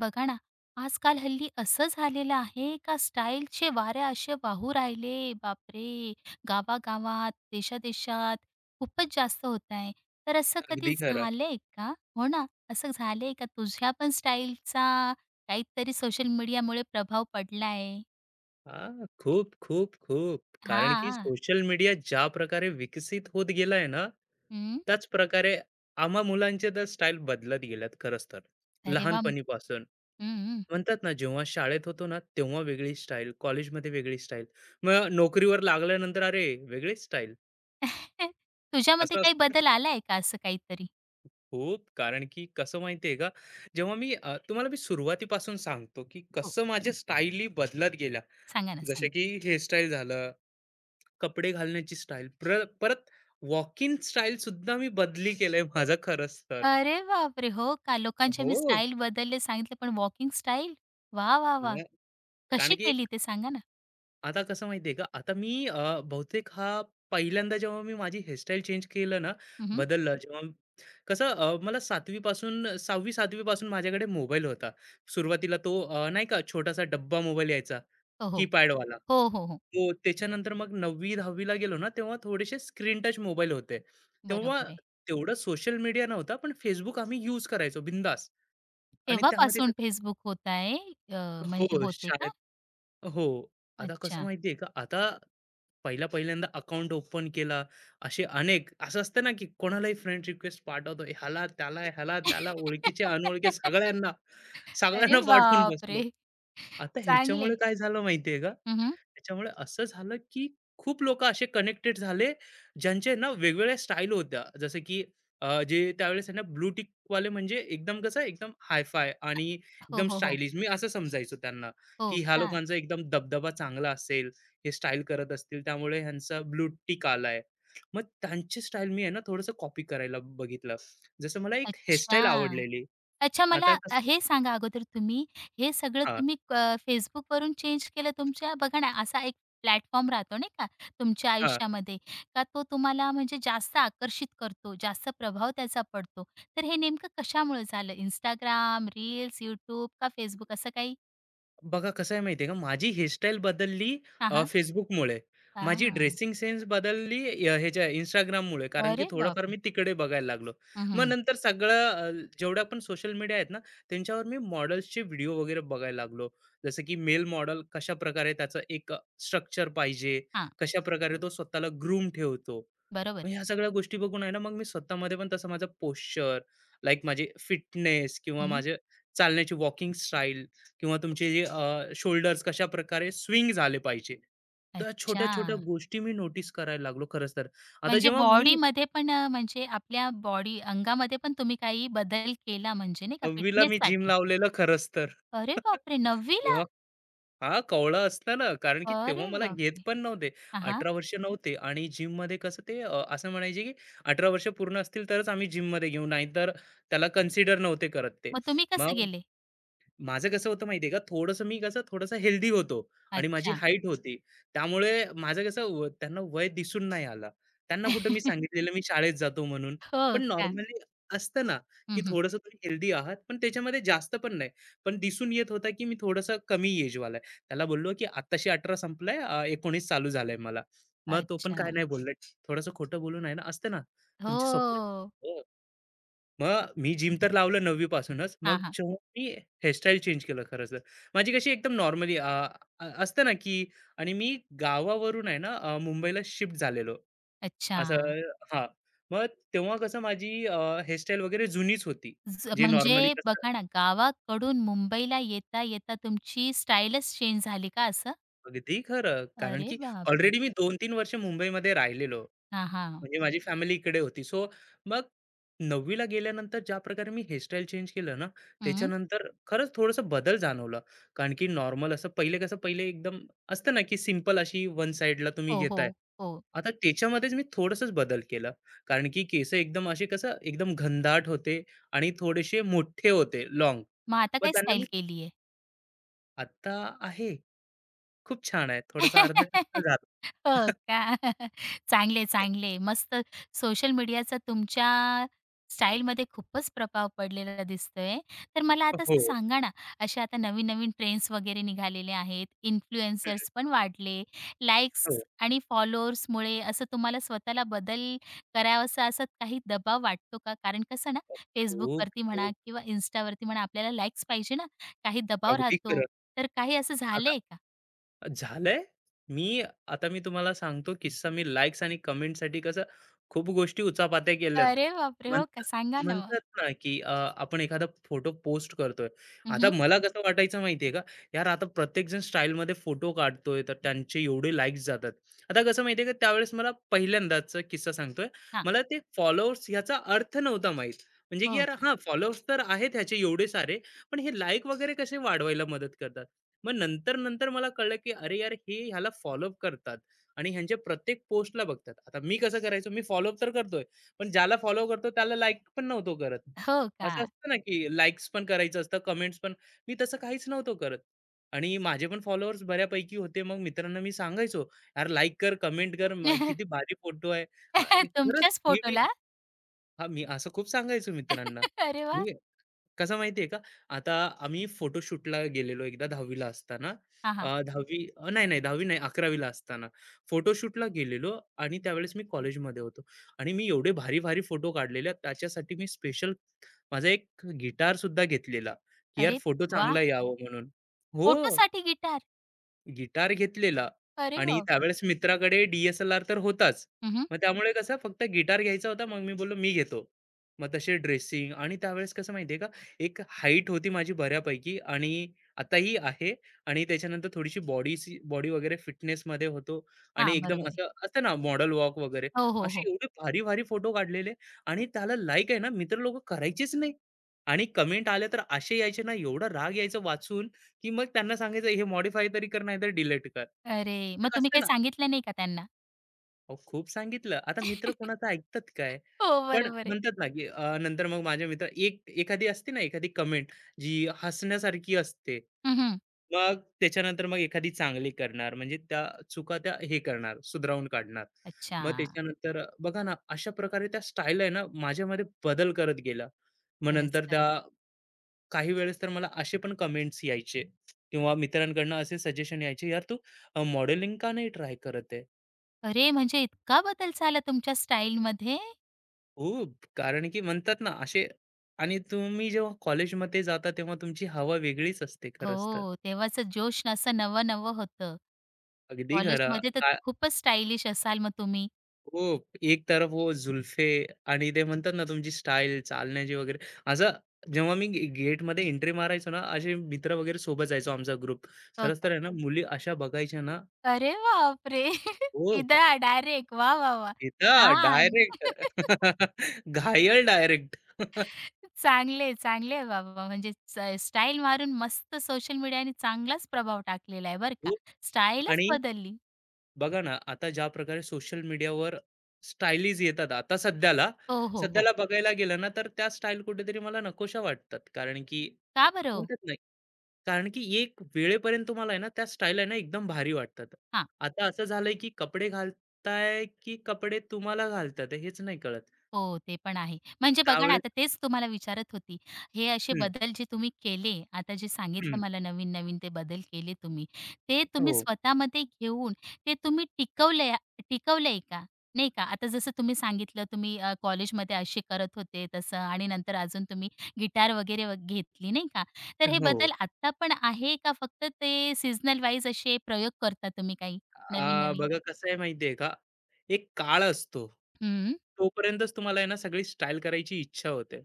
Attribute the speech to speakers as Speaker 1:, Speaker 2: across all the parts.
Speaker 1: बघा ना, आजकाल हल्ली असं झालेलं आहे का स्टाईलचे वारे असे वाहू राहिले, बापरे! गावागावात, देशादेशात खूपच जास्त होत आहे. तर असं कधी
Speaker 2: अगदी खरं.
Speaker 1: झालंय का? हो ना, असं झालंय का तुझ्या पण स्टाईलचा काहीतरी सोशल मीडियामुळे प्रभाव पडलाय?
Speaker 2: खूप, खूप, खूप. कारण की
Speaker 1: हां.
Speaker 2: सोशल मीडिया ज्या प्रकारे विकसित होत गेलाय ना,
Speaker 1: हं.
Speaker 2: त्याच प्रकारे आम्हा मुलांचे तर स्टाईल बदलत गेल्यात खरंच तर,
Speaker 1: अरे वाह! हं,
Speaker 2: लहानपणीपासून.
Speaker 1: हं.
Speaker 2: म्हणतात ना, जेव्हा शाळेत होतो ना, तेव्हा वेगळी स्टाईल, कॉलेजमध्ये वेगळी स्टाईल, मग नोकरीवर लागल्यानंतर अरे वेगळीच स्टाईल,
Speaker 1: तुझ्यामध्ये
Speaker 2: असं
Speaker 1: काही
Speaker 2: असतं
Speaker 1: बदल आलाय का असं काहीतरी?
Speaker 2: खूप. कारण की कसं माहिती का, जेव्हा मी तुम्हाला मी सुरुवातीपासून सांगतो, की
Speaker 1: हो,
Speaker 2: कसं माझ्या स्टाईली बदलत गेल्या.
Speaker 1: सांगा ना
Speaker 2: जसे
Speaker 1: सांगा.
Speaker 2: की हेअरस्टाईल झालं, कपडे घालण्याची स्टाईल, परत वॉकिंग स्टाईल सुद्धा मी बदली केलंय माझा खरंच तर.
Speaker 1: अरे बापरे! हो का? लोकांचे मी
Speaker 2: हो.
Speaker 1: स्टाईल बदलले सांगितले, पण वॉकिंग स्टाईल? वाह, वाह, वाह!
Speaker 2: न कारण
Speaker 1: कशी
Speaker 2: की
Speaker 1: केली
Speaker 2: एक,
Speaker 1: ते सांगा ना?
Speaker 2: आता कसं माहितीये का, आता मी बहुतेक पहिल्यांदा जेव्हा मी माझी हेअरस्टाईल चेंज केलं ना,
Speaker 1: हं,
Speaker 2: बदललं कसं, मला 7वी पासून माझ्याकडे मोबाईल होता. सुरुवातीला तो नाही का छोटासा डब्बा मोबाईल यायचा.
Speaker 1: हो, हो.
Speaker 2: कीपॅडवाला.
Speaker 1: हो, हो, हो.
Speaker 2: हो, त्याच्यानंतर मग 9वी-10वी गेलो ना, तेव्हा थोडेसे स्क्रीन टच मोबाईल होते. तेव्हा
Speaker 1: बरोबर आहे.
Speaker 2: तेवढं सोशल मीडिया नव्हता, पण Facebook आम्ही युज करायचो बिंदास. आणि त्यामध्ये
Speaker 1: तेव्हापासून
Speaker 2: कसं,
Speaker 1: Facebook होत आहे. म्हणजे
Speaker 2: हो,
Speaker 1: होते का?
Speaker 2: शाळेत, हो. आता कसं
Speaker 1: अच्छा.
Speaker 2: माहिती का, आता पहिल्या-पहिल्यांदा अकाउंट ओपन केला, असे अनेक असं असतं ना, की कोणालाही फ्रेंड रिक्वेस्ट पाठवतो. ह्याला, त्याला, ह्याला, त्याला, ओळखीचे, अनोळखी सगळ्यांना,
Speaker 1: अरे
Speaker 2: सगळ्यांना पाठवून बसलोय.
Speaker 1: बापरे!
Speaker 2: आता
Speaker 1: चांगले.
Speaker 2: ह्याच्यामुळे काय झालं माहिती का,
Speaker 1: हं,
Speaker 2: त्याच्यामुळे असं झालं की खूप लोक असे कनेक्टेड झाले ज्यांचे ना वेगवेगळ्या स्टाईल होत्या. जसं की जे त्यावेळेस आहे ना ब्लू टिक वाले म्हणजे एकदम कसं एकदम हायफाय आणि
Speaker 1: हो,
Speaker 2: एकदम
Speaker 1: हो, हो.
Speaker 2: स्टायलिश, मी असं समजायचो त्यांना,
Speaker 1: हो
Speaker 2: की ह्या
Speaker 1: का?
Speaker 2: लोकांचा एकदम दबदबा चांगला असेल, हे स्टाईल करत असतील त्यामुळे ह्यांचा ब्लू टिक आलाय. मग त्यांची स्टाईल मी आहे ना थोडंसं कॉपी करायला बघितलं. जसं मला एक
Speaker 1: अच्छा.
Speaker 2: हेअरस्टाईल आवडलेली.
Speaker 1: अच्छा, मला
Speaker 2: आता कसं,
Speaker 1: हे सांगा अगोदर तुम्ही हे सगळं
Speaker 2: हा
Speaker 1: तुम्ही Facebookवरून चेंज केलं तुमच्या. बघा ना, असा एक प्लॅटफॉर्म राहतो नाही का तुमच्या आयुष्यामध्ये, का तो तुम्हाला म्हणजे जास्त आकर्षित करतो, जास्त प्रभाव त्याचा पडतो. तर हे नेमकं कशामुळे झालं? Instagram, रील्स, YouTube का Facebook असं काही?
Speaker 2: बघा कसं आहे माहिती आहे का, माझी हेअरस्टाईल बदलली
Speaker 1: हां, हां.
Speaker 2: Facebookमुळे. माझी
Speaker 1: हां.
Speaker 2: ड्रेसिंग सेन्स बदलली ह्याच्या Instagramमुळे, कारण की
Speaker 1: अरे
Speaker 2: थोडंफार
Speaker 1: बापरे!
Speaker 2: मी तिकडे बघायला लागलो.
Speaker 1: हं,
Speaker 2: मग
Speaker 1: हं.
Speaker 2: नंतर सगळं, जेवढ्या पण सोशल मीडिया आहेत ना, त्यांच्यावर मी मॉडेल्सचे व्हिडिओ वगैरे बघायला लागलो. जसं की मेल मॉडेल कशाप्रकारे त्याचं एक स्ट्रक्चर पाहिजे, कशाप्रकारे तो स्वतःला ग्रूम ठेवतो.
Speaker 1: बरोबर
Speaker 2: मग
Speaker 1: आहे.
Speaker 2: ह्या सगळ्या गोष्टी बघून आहे ना, मग मी स्वतःमध्ये पण तसं माझा पोश्चर, लाइक माझे फिटनेस किंवा
Speaker 1: हं.
Speaker 2: माझे चालण्याची वॉकिंग स्टाईल किंवा तुमचे जे शोल्डर्स कशा प्रकारे स्विंग झाले पाहिजे. तर
Speaker 1: अच्छा.
Speaker 2: छोट्या-छोट्या गोष्टी मी नोटीस करायला लागलो खरंच तर. आता
Speaker 1: म्हणजे
Speaker 2: जेव्हा मी
Speaker 1: बॉडीमध्ये पण म्हणजे आपल्या बॉडी अंगामध्ये पण तुम्ही काही बदल केला म्हणजे नाही का
Speaker 2: 9वीला मी जिम
Speaker 1: फिटनेससाठी?
Speaker 2: लावलेलं खरंच तर.
Speaker 1: अरे बापरे! 9वी.
Speaker 2: तेव्हा कवळा असताना, कारण की
Speaker 1: अरे
Speaker 2: तेव्हा मला घेत
Speaker 1: बापरे!
Speaker 2: पण नव्हते.
Speaker 1: हां, हां.
Speaker 2: 18 वर्ष नव्हते आणि जिममध्ये कसं ते, असं म्हणायचे की 18 वर्ष पूर्ण असतील तरच आम्ही जिममध्ये घेऊ, नाहीतर त्याला कन्सिडर नव्हते करत ते.
Speaker 1: मग तुम्ही कसे
Speaker 2: मग
Speaker 1: गेले?
Speaker 2: माझं कसं होतं माहिती आहे का, थोडंसं मी कसं थोडंसं हेल्दी होतो आणि माझी
Speaker 1: अच्छा.
Speaker 2: हाईट होती. त्यामुळे माझं कसं व त्यांना वय दिसून नाही आलं. त्यांना कुठं मी सांगितलेलं मी शाळेत जातो म्हणून.
Speaker 1: हो
Speaker 2: पण
Speaker 1: का?
Speaker 2: नॉर्मली असतं ना, की
Speaker 1: हं, हं.
Speaker 2: थोडंसं तुम्ही हेल्दी आहात, पण त्याच्यामध्ये जास्त पण नाही. पण दिसून येत होता, की मी थोडंसं कमी एजवाला आहे. त्याला बोललो, की "आत्ताशी 18 संपलंय, 19 चालू झालंय मला." मग तो पण
Speaker 1: अच्छा.
Speaker 2: काय नाही बोलला. थोडंसं खोटं बोलून आहे ना, असतं ना तुमचे स्वप्न.
Speaker 1: हो.
Speaker 2: मग मी जिम तर लावलं 9वी पासूनच.
Speaker 1: हां,
Speaker 2: मग
Speaker 1: हां.
Speaker 2: जेव्हा मी हेअरस्टाईल चेंज केलं खरं तर. माझी कशी एकदम नॉर्मली, असतं ना, की आणि मी गावावरून आहे ना, मुंबईला शिफ्ट झालेलो.
Speaker 1: अच्छा.
Speaker 2: असं, हां. मग तेव्हा कसं माझी, हेअरस्टाईल वगैरे जुनीच होती.
Speaker 1: ज
Speaker 2: जे नॉर्मली,
Speaker 1: म्हणजे बघा ना, गावाकडून मुंबईला येता-येता तुमची स्टाईलच चेंज झाली का असं?
Speaker 2: अगदी खरं. कारण
Speaker 1: अरे
Speaker 2: की
Speaker 1: बापरे!
Speaker 2: ऑलरेडी मी 2-3 वर्ष मुंबईमध्ये राहिलेलो.
Speaker 1: हां, हां.
Speaker 2: म्हणजे माझी फॅमिली इकडे होती. सो मग 9वी गेल्यानंतर ज्या प्रकारे मी हेअरस्टाईल चेंज केलं ना,
Speaker 1: हं.
Speaker 2: त्याच्यानंतर खरंच थोडंसं बदल जाणवला. कारण की नॉर्मल असं पहिले कसं पहिले एकदम असतं ना, की सिंपल अशी वन साइडला तुम्ही
Speaker 1: हो, हो,
Speaker 2: घेताय.
Speaker 1: हो.
Speaker 2: आता त्याच्यामध्येच मी थोडंसंच बदल केला. कारण की केस एकदम असे कसं एकदम घनदाट होते आणि थोडेसे मोठे होते, लाँग.
Speaker 1: मग आता
Speaker 2: मग
Speaker 1: काय
Speaker 2: त्यांना
Speaker 1: स्टाईल
Speaker 2: मी,
Speaker 1: केली?
Speaker 2: आता आहे, खूप छान आहे. थोडंसं अर्ध कच्चं झालं.
Speaker 1: हो का? चांगले, चांगले. मस्त. सोशल मीडियाचा तुमच्या स्टाईलमध्ये खूपच प्रभाव पडलेला दिसतोय. तर मला आता असं
Speaker 2: हो.
Speaker 1: सांगा ना, अशा आता नवीन-नवीन ट्रेंड्स वगैरे निघालेले आहेत,
Speaker 2: हं.
Speaker 1: इन्फ्लुएन्सर्स पण वाढले, लाईक्स
Speaker 2: हो.
Speaker 1: आणि फॉलोअर्समुळे असं तुम्हाला स्वतःला बदल करावासा असा काही दबाव वाटतो का? कारण कसं ना,
Speaker 2: खूप,
Speaker 1: Facebookवरती म्हणा
Speaker 2: खूप.
Speaker 1: किंवा Instaवरती म्हणा, आपल्याला लाईक्स पाहिजे ना, काही दबाव
Speaker 2: अगदी
Speaker 1: राहतो.
Speaker 2: खरं.
Speaker 1: तर काही असं झालंय.
Speaker 2: झालंय. मी, आता मी तुम्हाला सांगतो किस्सा. मी लाइक्स आणि कमेंटसाठी कसं खूप गोष्टी उचापात्या केल्यात.
Speaker 1: अरे बापरे! हो
Speaker 2: म्हणत
Speaker 1: का? सांगा ना मग?
Speaker 2: म्हणतात ना, की आपण एखादा फोटो पोस्ट करतोय. आता
Speaker 1: हं,
Speaker 2: मला कसं वाटायचं माहितीये का? यार आता प्रत्येकजण स्टाईलमध्ये फोटो काढतोय, तर त्यांचे एवढे लाइक्स जातात. आता कसं माहितीये का, त्यावेळेस मला पहिल्यांदाचा किस्सा सांगतोय.
Speaker 1: हां.
Speaker 2: मला ते फॉलोअर्स ह्याचा अर्थ नव्हता माहीत. म्हणजे की
Speaker 1: हो
Speaker 2: यार,
Speaker 1: का?
Speaker 2: फॉलोअर्स तर आहेत ह्याचे एवढे सारे, पण हे लाइक वगैरे कसे वाढवायला मदत करतात? मग नंतर नंतर मला कळलं की अरे यार, हे ह्याला फॉलोअप करतात आणि ह्यांच्या प्रत्येक पोस्टला बघतात. आता मी कसं करायचो, मी फॉलोअप तर करतोय, पण ज्याला फॉलो करतो त्याला लाइक पण नव्हतो करत.
Speaker 1: हो का?
Speaker 2: असं असतं ना की लाइक्स पण करायचं असतं, कमेंट्स पण. मी तसं काहीच नव्हतो करत आणि माझे पण फॉलोअर्स बऱ्यापैकी होते. मग मित्रांना मी सांगायचो, "यार लाइक कर, कमेंट कर, किती भारी फोटो आहे." अ, खरंच
Speaker 1: तुमच्याच
Speaker 2: हे मी,
Speaker 1: फोटोला?
Speaker 2: मी असं खूप सांगायचो मित्रांना.
Speaker 1: अरे वाह!
Speaker 2: मी कसं माहितीये का? आता आम्ही फोटोशूटला गेलेलो एकदा 10वी ला असताना.
Speaker 1: हां, हां.
Speaker 2: 10वी, नाही, नाही 10वी नाही, 11वी ला असताना. फोटोशूटला गेलेलो आणि त्यावेळेस मी कॉलेजमध्ये होतो आणि मी एवढे भारी-भारी फोटो काढलेले, त्याच्यासाठी मी स्पेशल माझा एक गिटारसुद्धा घेतलेला, की यार
Speaker 1: अरे
Speaker 2: फोटो
Speaker 1: वाह!
Speaker 2: चांगला यावं म्हणून. हो.
Speaker 1: फोटोसाठी गिटार.
Speaker 2: गिटार घेतलेला
Speaker 1: अरे
Speaker 2: आणि
Speaker 1: बापरे!
Speaker 2: त्यावेळेस मित्राकडे डी एस तर होताच.
Speaker 1: हं, हं.
Speaker 2: मग त्यामुळे कसं फक्त गिटार घ्यायचा होता, मग मी बोललो, "मी घेतो." मग तसे ड्रेसिंग आणि त्यावेळेस कसं माहिती का, एक हाईट होती माझी बऱ्यापैकी आणि आताही आहे, आणि त्याच्यानंतर थोडीशी बॉडी वगैरे फिटनेसमध्ये होतो,
Speaker 1: हां,
Speaker 2: आणि एकदम
Speaker 1: बरोबर आहे.
Speaker 2: असं असतं ना मॉडेल वॉक वगैरे,
Speaker 1: हो, हो, हो.
Speaker 2: असे एवढे भारी-भारी फोटो काढलेले आणि त्याला लाईक आहे ना, मित्र लोकं करायचेच नाही, आणि कमेंट आल्या तर असे यायचे ना, एवढा राग यायचा वाचून की मग त्यांना सांगायचं हे मॉडिफाय तरी कर नाहीतर डिलीट कर.
Speaker 1: अरे, मग
Speaker 2: एक
Speaker 1: तुम्ही
Speaker 2: असते
Speaker 1: काही
Speaker 2: ना.
Speaker 1: सांगितलं नाही का त्यांना?
Speaker 2: अहो, खूप सांगितलं. आता मित्र कोणाचं ऐकतात काय?
Speaker 1: हो,
Speaker 2: पण
Speaker 1: बरोबर आहे.
Speaker 2: म्हणतात ना, की नंतर मग माझे मित्र एक एखादी असते ना, एखादी कमेंट जी हसण्यासारखी असते.
Speaker 1: हं,
Speaker 2: मग त्याच्यानंतर मग एखादी चांगली करणार, म्हणजे त्या चुका त्या हे करणार, सुधारून काढणार.
Speaker 1: अच्छा.
Speaker 2: मग त्याच्यानंतर बघा ना, अशा प्रकारे त्या स्टाईल आहे ना, माझ्यामध्ये बदल करत गेला. मग
Speaker 1: खरंच,
Speaker 2: नंतर त्या
Speaker 1: खरंच.
Speaker 2: काही वेळेस तर मला असे पण कमेंट्स यायचे किंवा मित्रांकडनं असे सजेशन यायचे, "यार, तू मॉडेलिंग का नाही ट्राय करत आहे?"
Speaker 1: अरे, म्हणजे इतका बदल झाला तुमच्या स्टाईलमध्ये?
Speaker 2: हो, कारण की म्हणतात ना असे, आणि तुम्ही जेव्हा कॉलेजमध्ये जाता तेव्हा तुमची हवा वेगळीच असते खरंच तर.
Speaker 1: हो, तेव्हाचं जोश असं नवं-नवं होतं.
Speaker 2: अगदी खरं.
Speaker 1: कॉलेजमध्ये तर
Speaker 2: काय
Speaker 1: खूपच स्टायलिश असाल मग तुम्ही.
Speaker 2: हो, एक तरफ हो जुल्फे, आणि ते म्हणतात ना तुमची स्टाईल, चालण्याची वगैरे. असं जेव्हा मी गेटमध्ये एंट्री मारायचो ना, असे मित्र वगैरे सोबत जायचो आमचा ग्रुप.
Speaker 1: हो
Speaker 2: खरंच तर
Speaker 1: का?
Speaker 2: आहे ना, मुली अशा बघायच्या ना.
Speaker 1: अरे बापरे!
Speaker 2: हो.
Speaker 1: पिंधळा डायरेक्ट. वाह, वा वा.
Speaker 2: तिथं
Speaker 1: छान.
Speaker 2: डायरेक्ट. घायल डायरेक्ट.
Speaker 1: चांगले, चांगले आहे बाबा. म्हणजे स स्टाईल मारून मस्त सोशल मीडियाने चांगलाच प्रभाव टाकलेला आहे बरं का.
Speaker 2: खूप.
Speaker 1: स्टाईलच
Speaker 2: आणि
Speaker 1: बदलली.
Speaker 2: बघा ना, आता ज्या प्रकारे सोशल मीडियावर स्टाइलीज येतात आता सध्याला,
Speaker 1: हो, हो, हो.
Speaker 2: सध्याला बघायला गेलं ना, तर त्या स्टाईल कुठेतरी मला नकोशा वाटतात. कारण की
Speaker 1: का बरं हो?
Speaker 2: म्हणतात नाही, कारण की एक वेळेपर्यंत तुम्हाला आहे ना, त्या स्टाईल आहे ना, एकदम भारी वाटतात.
Speaker 1: हां.
Speaker 2: आता असं झालंय की कपडे घालताय की कपडे तुम्हाला घालतात हेच नाही कळत.
Speaker 1: हो, ते पण आहे. म्हणजे बघा ना,
Speaker 2: त्यावेळेस,
Speaker 1: आता तेच तुम्हाला विचारत होती. हे असे
Speaker 2: हं,
Speaker 1: बदल जे तुम्ही केले, आता जे सांगितलं
Speaker 2: हं.
Speaker 1: मला नवीन-नवीन ते बदल केले तुम्ही, ते तुम्ही
Speaker 2: हो,
Speaker 1: स्वतःमध्ये घेऊन ते तुम्ही टिकवलंय. टिकवलंय का? नाही का? आता जसं तुम्ही सांगितलं तुम्ही कॉलेजमध्ये असे करत होते तसं आणि नंतर अजून तुम्ही गिटार वगैरे व घेतली नाही का? तर हे
Speaker 2: हो.
Speaker 1: बदल आत्ता पण आहे का फक्त ते सीझनल वाईज असे प्रयोग करता तुम्ही काही नवीन-नवीन?
Speaker 2: बघा कसं आहे माहिती का? एक काळ असतो.
Speaker 1: हं,
Speaker 2: तोपर्यंतच तुम्हाला आहे ना सगळी स्टाईल करायची इच्छा होते.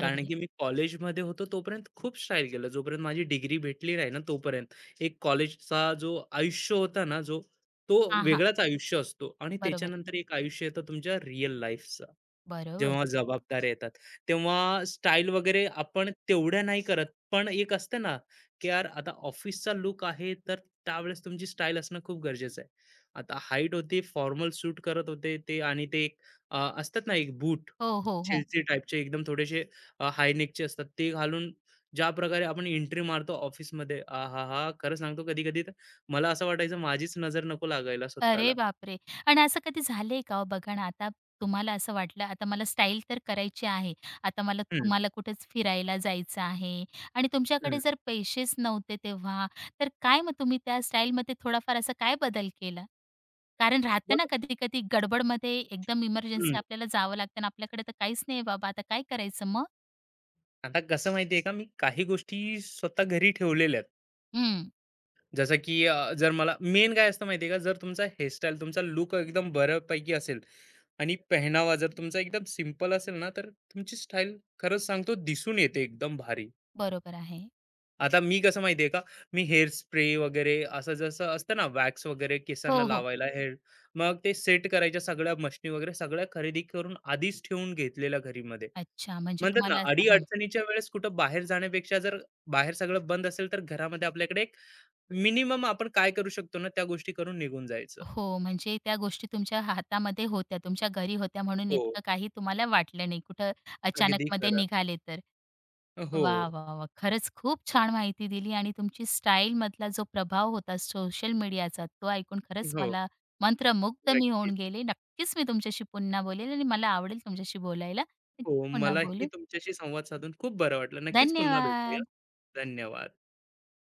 Speaker 2: कारण
Speaker 1: आहे.
Speaker 2: की मी कॉलेजमध्ये होतो तोपर्यंत खूप स्टाईल केलं. जोपर्यंत माझी डिग्री भेटली नाही ना तोपर्यंत. एक कॉलेजचा जो आयुष्य होता ना जो, तो
Speaker 1: हां, हां.
Speaker 2: वेगळाच आयुष्य असतो आणि
Speaker 1: बरोबर आहे.
Speaker 2: त्याच्यानंतर एक आयुष्य येतं तुमच्या रिअल लाईफचं.
Speaker 1: बरोबर.
Speaker 2: जेव्हा जबाबदाऱ्या येतात. तेव्हा स्टाईल वगैरे आपण तेवढ्या नाही करत. पण एक असतं ना, की यार आता ऑफिसचा लूक आहे तर त्यावेळेस तुमची स्टाईल असणं खूप गरजेचं आहे. आता हाईट होती, फॉर्मल सूट करत होते ते, आणि ते एक असतात ना एक बूट,
Speaker 1: हो, हो, हो.
Speaker 2: चिलची टाईपचे एकदम थोडेसे हाय नेकचे असतात ते घालून ज्या प्रकारे आपण एंट्री मारतो ऑफिसमध्ये, आहाहा! खरं सांगतो कधी-कधी तर मला असं वाटायचं माझीच नजर नको लागायला स्वतःला.
Speaker 1: अरे बापरे! आणि असं कधी झालंय का हो? बघा ना, आता तुम्हाला असं वाटलं, आता मला स्टाईल तर करायची आहे. आता मला
Speaker 2: हं,
Speaker 1: तुम्हाला कुठेच फिरायला जायचं आहे आणि
Speaker 2: हं.
Speaker 1: तुमच्याकडे जर पैसेच नव्हते तेव्हा, तर काय मग तुम्ही त्या स्टाईलमध्ये थोडाफार असा काय बदल केला? कारण राहतं
Speaker 2: मग,
Speaker 1: ना कधी-कधी गडबडमध्ये एकदम इमर्जन्सी
Speaker 2: हं.
Speaker 1: आपल्याला जावं लागतं आणि आपल्याकडे तर काहीच नाही बाबा, आता काय करायचं मग?
Speaker 2: आता कसं माहिती का, मी काही गोष्टी स्वतः घरी ठेवलेल्या आहेत.
Speaker 1: हं,
Speaker 2: जसं की जर मला मेन काय असतं माहिती आहे का, जर तुमचा हेअरस्टाईल, तुमचा लूक एकदम बऱ्यापैकी असेल आणि पेहनावा जर तुमचा एकदम सिंपल असेल ना, तर तुमची स्टाईल खरंच सांगतो दिसून येते एकदम भारी.
Speaker 1: बरोबर आहे.
Speaker 2: आता मी कसं माहितीये का, मी हेअर स्प्रे वगैरे असं जसं असतं ना वॅक्स वगैरे केसांना
Speaker 1: हो, हो.
Speaker 2: लावायला हेअर, मग ते सेट करायच्या सगळ्या मशनी वगैरे सगळ्या खरेदी करून आधीच ठेवून घेतलेल्या घरीमध्ये.
Speaker 1: अच्छा, म्हणजे
Speaker 2: म्हणतात ना
Speaker 1: तुम्हाला असं
Speaker 2: अडी-अडचणीच्या वेळेस कुठं बाहेर जाण्यापेक्षा, जर बाहेर सगळं बंद असेल, तर घरामध्ये आपल्याकडे एक मिनिमम आपण काय करू शकतो ना, त्या गोष्टी करून निघून जायचं.
Speaker 1: हो, म्हणजे त्या गोष्टी तुमच्या हातामध्ये होत्या, तुमच्या घरी होत्या म्हणून
Speaker 2: हो.
Speaker 1: इतकं काही तुम्हाला वाटलं नाही, कुठं
Speaker 2: अगदी
Speaker 1: अचानकमध्ये
Speaker 2: खरं.
Speaker 1: निघाले तर. वाह,
Speaker 2: हो,
Speaker 1: वाह, वाह! खरंच खूप छान माहिती दिली आणि तुमची स्टाईलमधला जो प्रभाव होता सोशल मीडियाचा, तो ऐकून खरंच
Speaker 2: हो.
Speaker 1: मला मंत्रमुग्ध मी
Speaker 2: नक्कीच.
Speaker 1: होऊन गेले. नक्कीच मी तुमच्याशी पुन्हा बोलेल आणि मला आवडेल तुमच्याशी बोलायला. नक्की
Speaker 2: हो,
Speaker 1: पुन्हा
Speaker 2: मलाही
Speaker 1: बोलू.
Speaker 2: तुमच्याशी संवाद साधून खूप बरं वाटलं. नक्कीच पुन्हा भेटूया.
Speaker 1: धन्यवाद.
Speaker 2: धन्यवाद.